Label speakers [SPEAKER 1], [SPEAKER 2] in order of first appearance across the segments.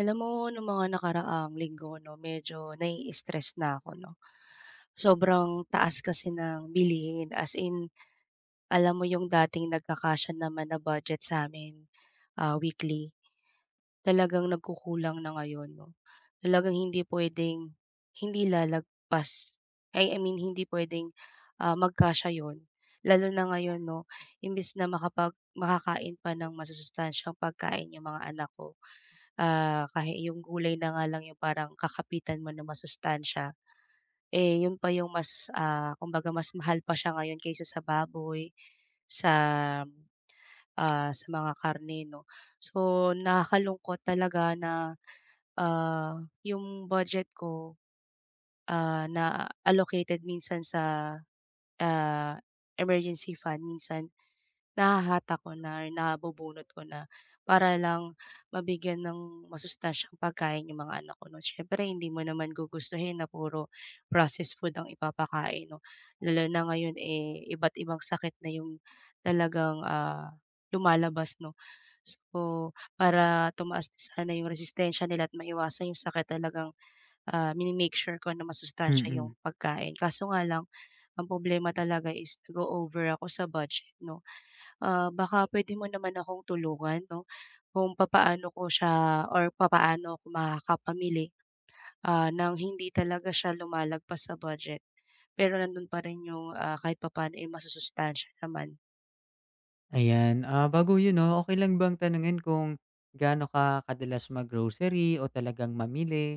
[SPEAKER 1] Alam mo nung mga nakaraang linggo 'no, medyo nai-stress na ako 'no. Sobrang taas kasi ng bilihin as in alam mo yung dating nagkakasya naman na budget sa'min, weekly, talagang nagkukulang na ngayon 'no. Talagang hindi puwedeng hindi lalagpas, ay I mean hindi puwedeng, magkasya yon. Lalo na ngayon 'no, imbes na makakain pa ng masusustansyang pagkain yung mga anak ko. Kahi yung gulay na nga lang yung parang kakapitan mo ng masustansya, eh, yun pa yung mas, kumbaga mas mahal pa siya ngayon kaysa sa baboy, sa, sa mga karne 'no. So, nakakalungkot talaga na, yung budget ko, na allocated minsan sa, ah, emergency fund, minsan nahahatak ko na or nabubunot ko na para lang mabigyan ng masustansyang pagkain yung mga anak ko 'no. Siyempre hindi mo naman gugustuhin na puro processed food ang ipapakain 'no, lalo na ngayon, eh, iba't ibang sakit na yung talagang, lumalabas 'no. So, para tumaas din sana yung resistensya nila at maiwasan yung sakit talagang, mini-make sure ko na masustansya yung
[SPEAKER 2] Mm,
[SPEAKER 1] pagkain. Kaso nga lang, ang problema talaga is nag over ako sa budget 'no. Baka puwede mo naman akong tulungan 'no, kung papaano ko siya or papaano ako makakapamili, ng hindi talaga siya lumalagpas sa budget. Pero nandun pa rin yung, kahit papaano, eh, masusustansiya naman.
[SPEAKER 2] ayan. Bago 'yun 'no, okay lang bang tanungin kung gaano ka kadalas mag-grocery o talagang mamili?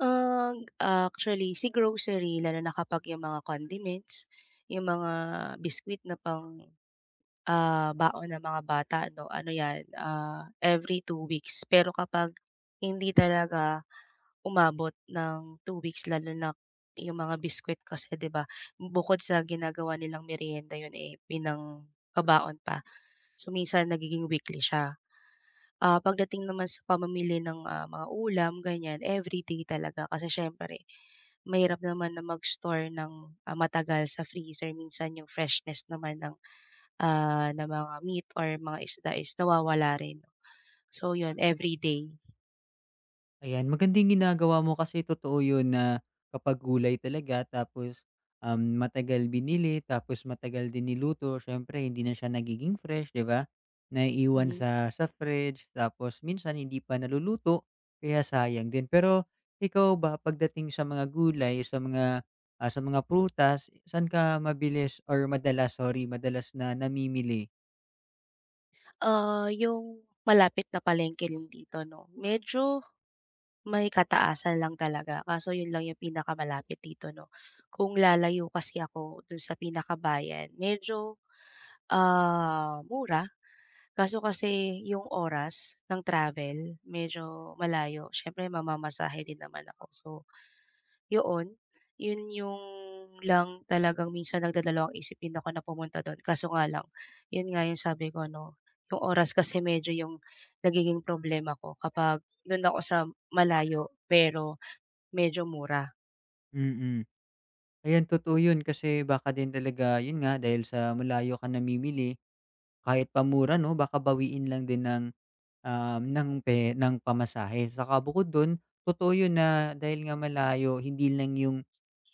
[SPEAKER 1] Ang actually si grocery lalo na kapag yung mga condiments, yung mga biscuit na pang, baon ng mga bata 'no, ano 'yan, every 2 weeks. Pero kapag hindi talaga umabot ng 2 weeks lalo na yung mga biskwit kasi 'di ba, bukod sa ginagawa nilang merienda yun, eh, pinangbabaon pa. So, minsan nagiging weekly siya. Pagdating naman sa pamamili ng, mga ulam ganyan, everyday talaga kasi siyempre mahirap naman na mag-store ng, matagal sa freezer minsan yung freshness naman ng mga meat or mga isda is nawawala rin. So, yun everyday.
[SPEAKER 2] Ayan, magandang ginagawa mo kasi totoo yun na kapag gulay talaga tapos, matagal binili tapos matagal din niluto siyempre hindi na siya nagiging fresh, 'di ba? Naiiwan
[SPEAKER 1] Mhm.
[SPEAKER 2] sa fridge tapos minsan hindi pa naluluto kaya sayang din. Pero ikaw ba pagdating sa mga gulay, sa mga prutas, saan ka mabilis or madalas, sorry, madalas na namimili?
[SPEAKER 1] Yung malapit na palengke rin dito 'no, medyo may kataasan lang talaga kaso yun lang yung pinakamalapit dito 'no. Kung lalayo kasi ako dun sa pinakabayan medyo, mura kaso kasi yung oras ng travel medyo malayo siyempre mamamasahe din naman ako, so yoon, yun yung lang talagang minsan nagdadalawang isipin ako na pumunta dun kaso nga lang, yun nga yung sabi ko 'no, yung oras kasi medyo yung nagiging problema ko kapag dun ako sa malayo pero medyo mura.
[SPEAKER 2] Mm, mm. Ayan, totoo yun kasi baka din talaga yun nga dahil sa malayo ka namimili. Kahit pamura mura 'no, baka bawiin lang din ng, um, ng pe ng pamasahe. Saka bukod dun, totoo yun na dahil nga malayo, hindi lang yung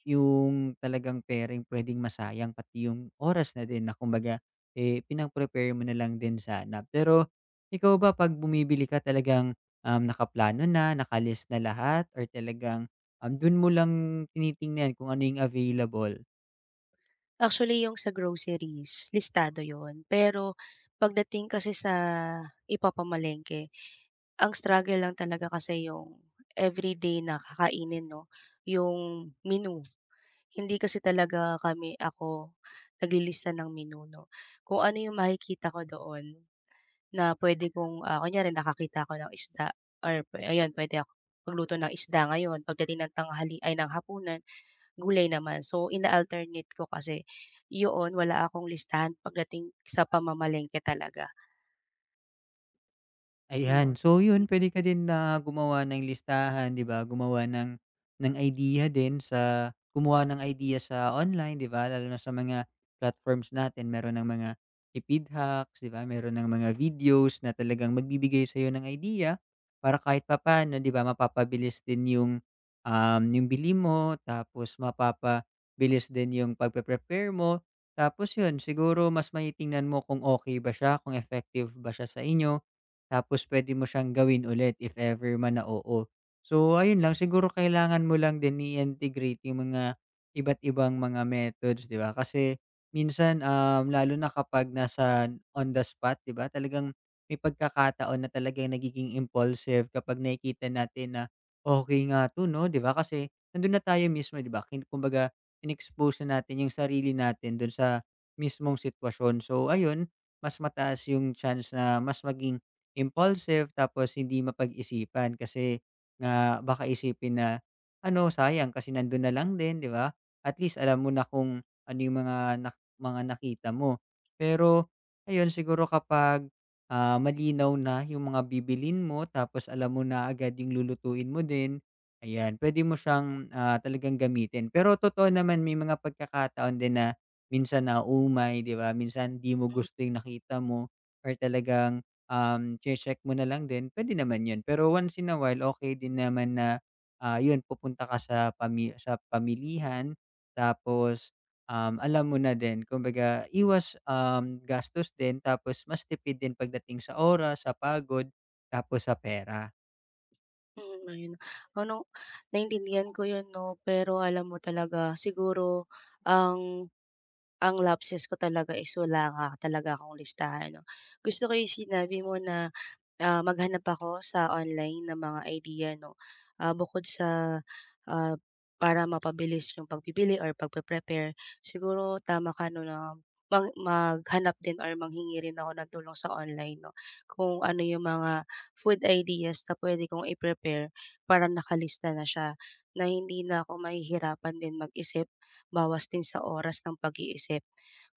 [SPEAKER 2] talagang pairing pwedeng masayang, pati yung oras na din na kumbaga, eh, pinang-prepare mo na lang din sana. Pero ikaw ba 'pag bumibili ka talagang, nakaplano na, nakalist na lahat or talagang, dun mo lang tinitingnan kung ano yung available?
[SPEAKER 1] Actually yung sa groceries, listado yun, pero pagdating kasi sa ipapamalengke, ang struggle lang talaga kasi yung everyday na kakainin 'no, yung menu. Hindi kasi talaga ako naglilista ng menu 'no. Kung ano yung makikita ko doon na pwede kong, kunyari nakakita ko ng isda or ayan pwede ako magluto ng isda ngayon pagdating ng tanghali ay ng hapunan gulay naman. So, ina-alternate ko kasi yoon wala akong listahan pagdating sa pamamalengke talaga,
[SPEAKER 2] Ayan.
[SPEAKER 1] yun.
[SPEAKER 2] So
[SPEAKER 1] Mm.
[SPEAKER 2] yun, puwede ka din na gumawa ng listahan, 'di ba? Gumawa ng idea din sa gumawa ng idea sa online, 'di ba? Lalo na sa mga platforms natin, meron ng mga tipid hacks, 'di ba? Meron ng mga videos na talagang magbibigay sa'yo ng idea para kahit papaano, 'di ba, mapapabilis din yung bili mo, tapos mapapabilis din yung pagpe-prepare mo. Tapos yun, siguro mas maitingnan mo kung okay ba siya, kung effective ba siya sa inyo. Tapos puwede mo siyang gawin ulit if ever man na oo. So, ayun lang siguro kailangan mo lang din i-integrate yung mga iba't ibang mga methods, 'di ba? Kasi minsan, lalo na kapag nasa on the spot, 'di ba, talagang may pagkakataon na talagang nagiging impulsive kapag nakikita natin na, okay nga 'to 'no? 'Di ba? Kasi nandun na tayo mismo, 'di ba? Kumbaga in-expose na natin yung sarili natin dun sa mismong sitwasyon. So, ayun, mas mataas yung chance na mas maging impulsive tapos hindi mapag-isipan kasi nga baka isipin na, ano, sayang kasi nandun na lang din, 'di ba? At least alam mo na kung ano yung mga nak mga nakita mo. Pero ayun, siguro kapag, malinaw na yung mga bibilin mo tapos alam mo na agad yung lulutuin mo din, ayan, pwede mo siyang, talagang gamitin. Pero totoo naman may mga pagkakataon din na minsan na umay 'di ba? Minsan 'di mo gusto yung nakita mo or talagang check mo na lang din, puwede naman 'yun. Pero once in a while, okay din naman na, 'yun pupunta ka sa pamilihan tapos, alam mo na din kumbaga iwas, gastos din tapos mas tipid din pagdating sa oras, sa pagod, tapos sa pera.
[SPEAKER 1] Mm, ayun. Ano, naintindihan ko 'yun 'no, pero alam mo talaga siguro ang ang lapses ko talaga is wala nga talaga akong listahan 'no. Gusto ko 'yung sinabi mo na, maghanap ako sa online ng mga idea 'no, ah, bukod sa, ah, para mapabilis 'yung pagpipili or pagpe-prepare. Siguro tama ka 'no na maghanap din or manghingi rin ako ng tulong sa online 'no, kung ano 'yung mga food ideas na puwede kong i-prepare para nakalista na siya, na hindi na ako mahihirapan din mag-isip, bawas din sa oras ng pag-iisip.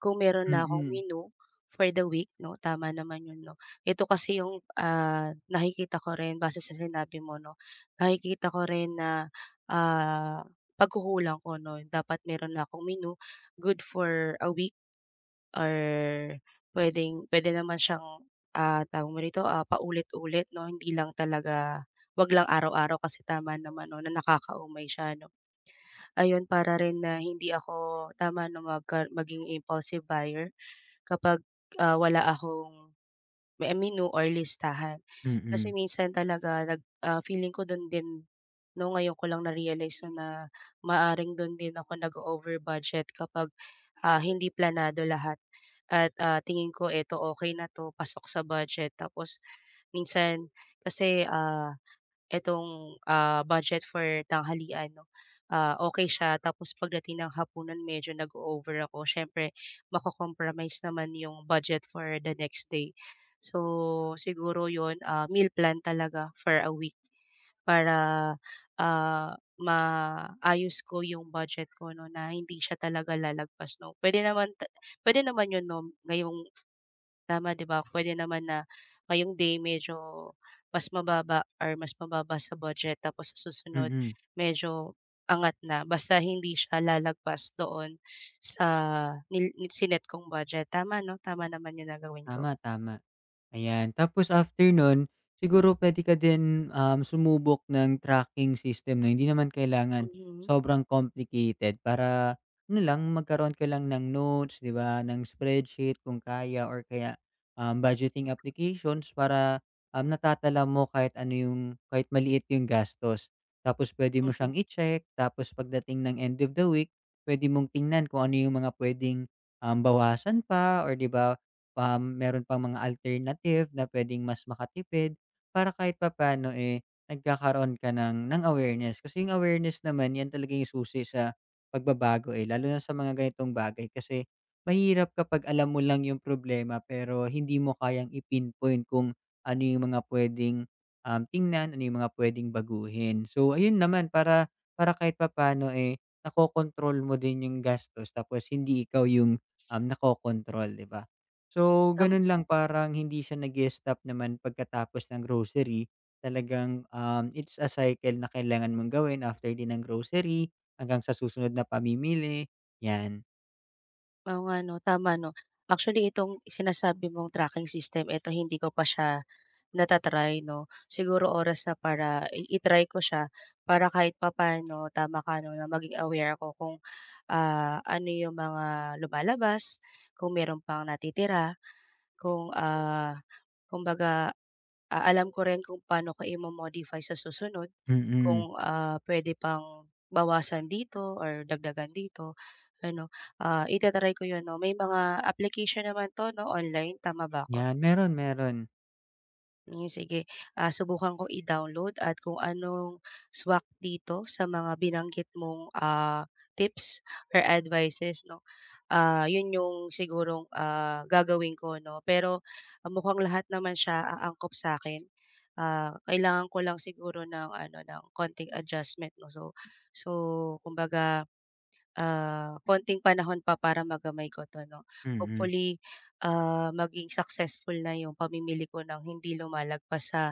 [SPEAKER 1] Kung meron na akong
[SPEAKER 2] Mm.
[SPEAKER 1] menu for the week 'no, tama naman 'yun 'no. Ito kasi yung, nakikita ko rin base sa sinabi mo 'no, nakikita ko rin na, ah, pagkukulang ko 'no, dapat meron na akong menu good for a week. Or pwede naman siyang, tawag mo rito, paulit-ulit 'no, hindi lang talaga 'wag lang araw-araw kasi tama naman 'no, na nakakaumay siya 'no. Ayun, para rin na hindi ako tama 'no, maging impulsive buyer kapag, wala akong may menu or listahan. Kasi
[SPEAKER 2] Mm,
[SPEAKER 1] minsan talaga feeling ko dun din 'no, ngayon ko lang na-realize na na maaring dun din ako nag over budget kapag, hindi planado lahat at, tingin ko eto okay na 'to, pasok sa budget tapos minsan kasi, itong, budget for tanghalian 'no, okey siya tapos pagdating ng hapunan medyo nag over ako siyempre mako-compromise naman yung budget for the next day. So, siguro yun, meal plan talaga for a week para, maayos ko yung budget ko 'no, na hindi siya talaga lalagpas 'no. Puwede naman yun 'no, ngayong tama, 'di ba? Puwede naman na ngayong day medyo mas mababa sa budget tapos sa susunod
[SPEAKER 2] mm.
[SPEAKER 1] medyo angat na basta hindi siya lalagpas doon sa nil nil- sinet kong budget. Tama 'no, tama naman yung nagawin ko.
[SPEAKER 2] Tama, tama. Ayan, tapos after nun, siguro puwede ka din, sumubok ng tracking system na hindi naman kailangan
[SPEAKER 1] Mhm,
[SPEAKER 2] sobrang complicated para ano lang, magkaroon ka lang ng notes, 'di ba, ng spreadsheet kung kaya or kaya, budgeting applications para, natatala mo kahit ano yung kahit maliit yung gastos. Tapos puwede mo
[SPEAKER 1] mhm.
[SPEAKER 2] siyang i-check, tapos pagdating ng end of the week, puwede mong tingnan kung ano yung mga puwedeng, bawasan pa or 'di ba. Meron pang mga alternative na puwedeng mas makatipid para kahit papano eh, nagkakaroon ka ng awareness. Kasi yung awareness naman 'yan talaga yung susi sa pagbabago, eh, lalo na sa mga ganitong bagay kasi mahirap kapag alam mo lang yung problema pero hindi mo kayang i-pinpoint kung ano yung mga puwedeng, tingnan, ano yung mga puwedeng baguhin. So, ayun naman para para kahit papaano, eh, nakokontrol mo din yung gastos tapos hindi ikaw yung, nakokontrol, 'di ba? So,
[SPEAKER 1] Tam
[SPEAKER 2] gano'n lang parang hindi siya nag stop naman pagkatapos ng grocery. Talagang, it's a cycle na kailangan mong gawin after din ng grocery hanggang sa susunod na pamimili, 'yan.
[SPEAKER 1] oo nga 'no, tama 'no. Actually itong sinasabi mong tracking system, eto hindi ko pa siya nata-try 'no, siguro oras na para i-try ko siya para kahit papaano tama ka 'no, na maging aware ako kung, ano yung mga lumalabas, kung meron pang natitira, kung, kumbaga, alam ko rin kung paano ko i modify sa susunod,
[SPEAKER 2] Mm,
[SPEAKER 1] kung, puwede pang bawasan dito or dagdagan dito ano, ita ko yun 'no. May mga application naman 'to 'no, online, tama ba ako?
[SPEAKER 2] 'yan meron, meron.
[SPEAKER 1] Hmm, sige, subukan ko i-download at kung anong swak dito sa mga binanggit mong, tips or advices 'no, 'yun yung sigurong, gagawin ko 'no. Pero mukhang lahat naman siya aangkop sa'kin, kailangan ko lang siguro ng ano, ng konting adjustment 'no. So kumbaga konting panahon pa para magamay ko 'to 'no.
[SPEAKER 2] Mm.
[SPEAKER 1] Hopefully, maging successful na yung pamimili ko ng hindi lumalagpas sa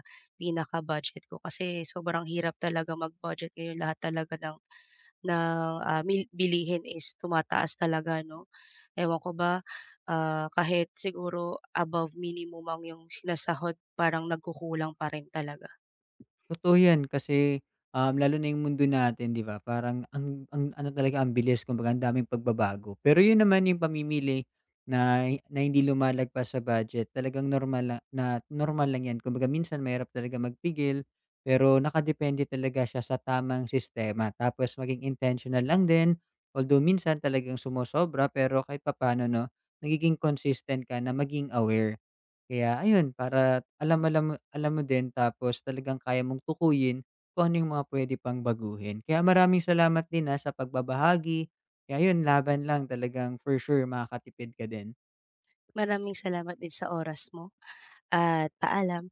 [SPEAKER 1] pinaka-budget ko kasi sobrang hirap talaga mag-budget ngayon lahat talaga ng bilihin is tumataas talaga 'no. Ewan ko ba, kahit siguro above minimum yung sinasahod parang nagkukulang pa rin talaga.
[SPEAKER 2] Totoo 'yan kasi, lalo na 'yung mundo natin 'di ba parang ang ano talaga ang bilis kumbaga ang daming pagbabago. Pero 'yun naman 'yung pamimili na na hindi lumalagpas sa budget talagang normal la na normal lang 'yan. Kumbaga minsan mahirap talaga magpigil, pero nakadepende talaga siya sa tamang sistema. Tapos maging intentional lang din, although minsan talagang sumosobra pero kahit papaano 'no, nagiging consistent ka na maging aware. Kaya ayun, para alam alam mo din tapos talagang kaya mong tukuyin kung ano yung mga pwede pang baguhin. Kaya maraming salamat din, sa pagbabahagi. Kaya ayun, laban lang talagang for sure makakatipid ka din.
[SPEAKER 1] Maraming salamat din sa oras mo at paalam.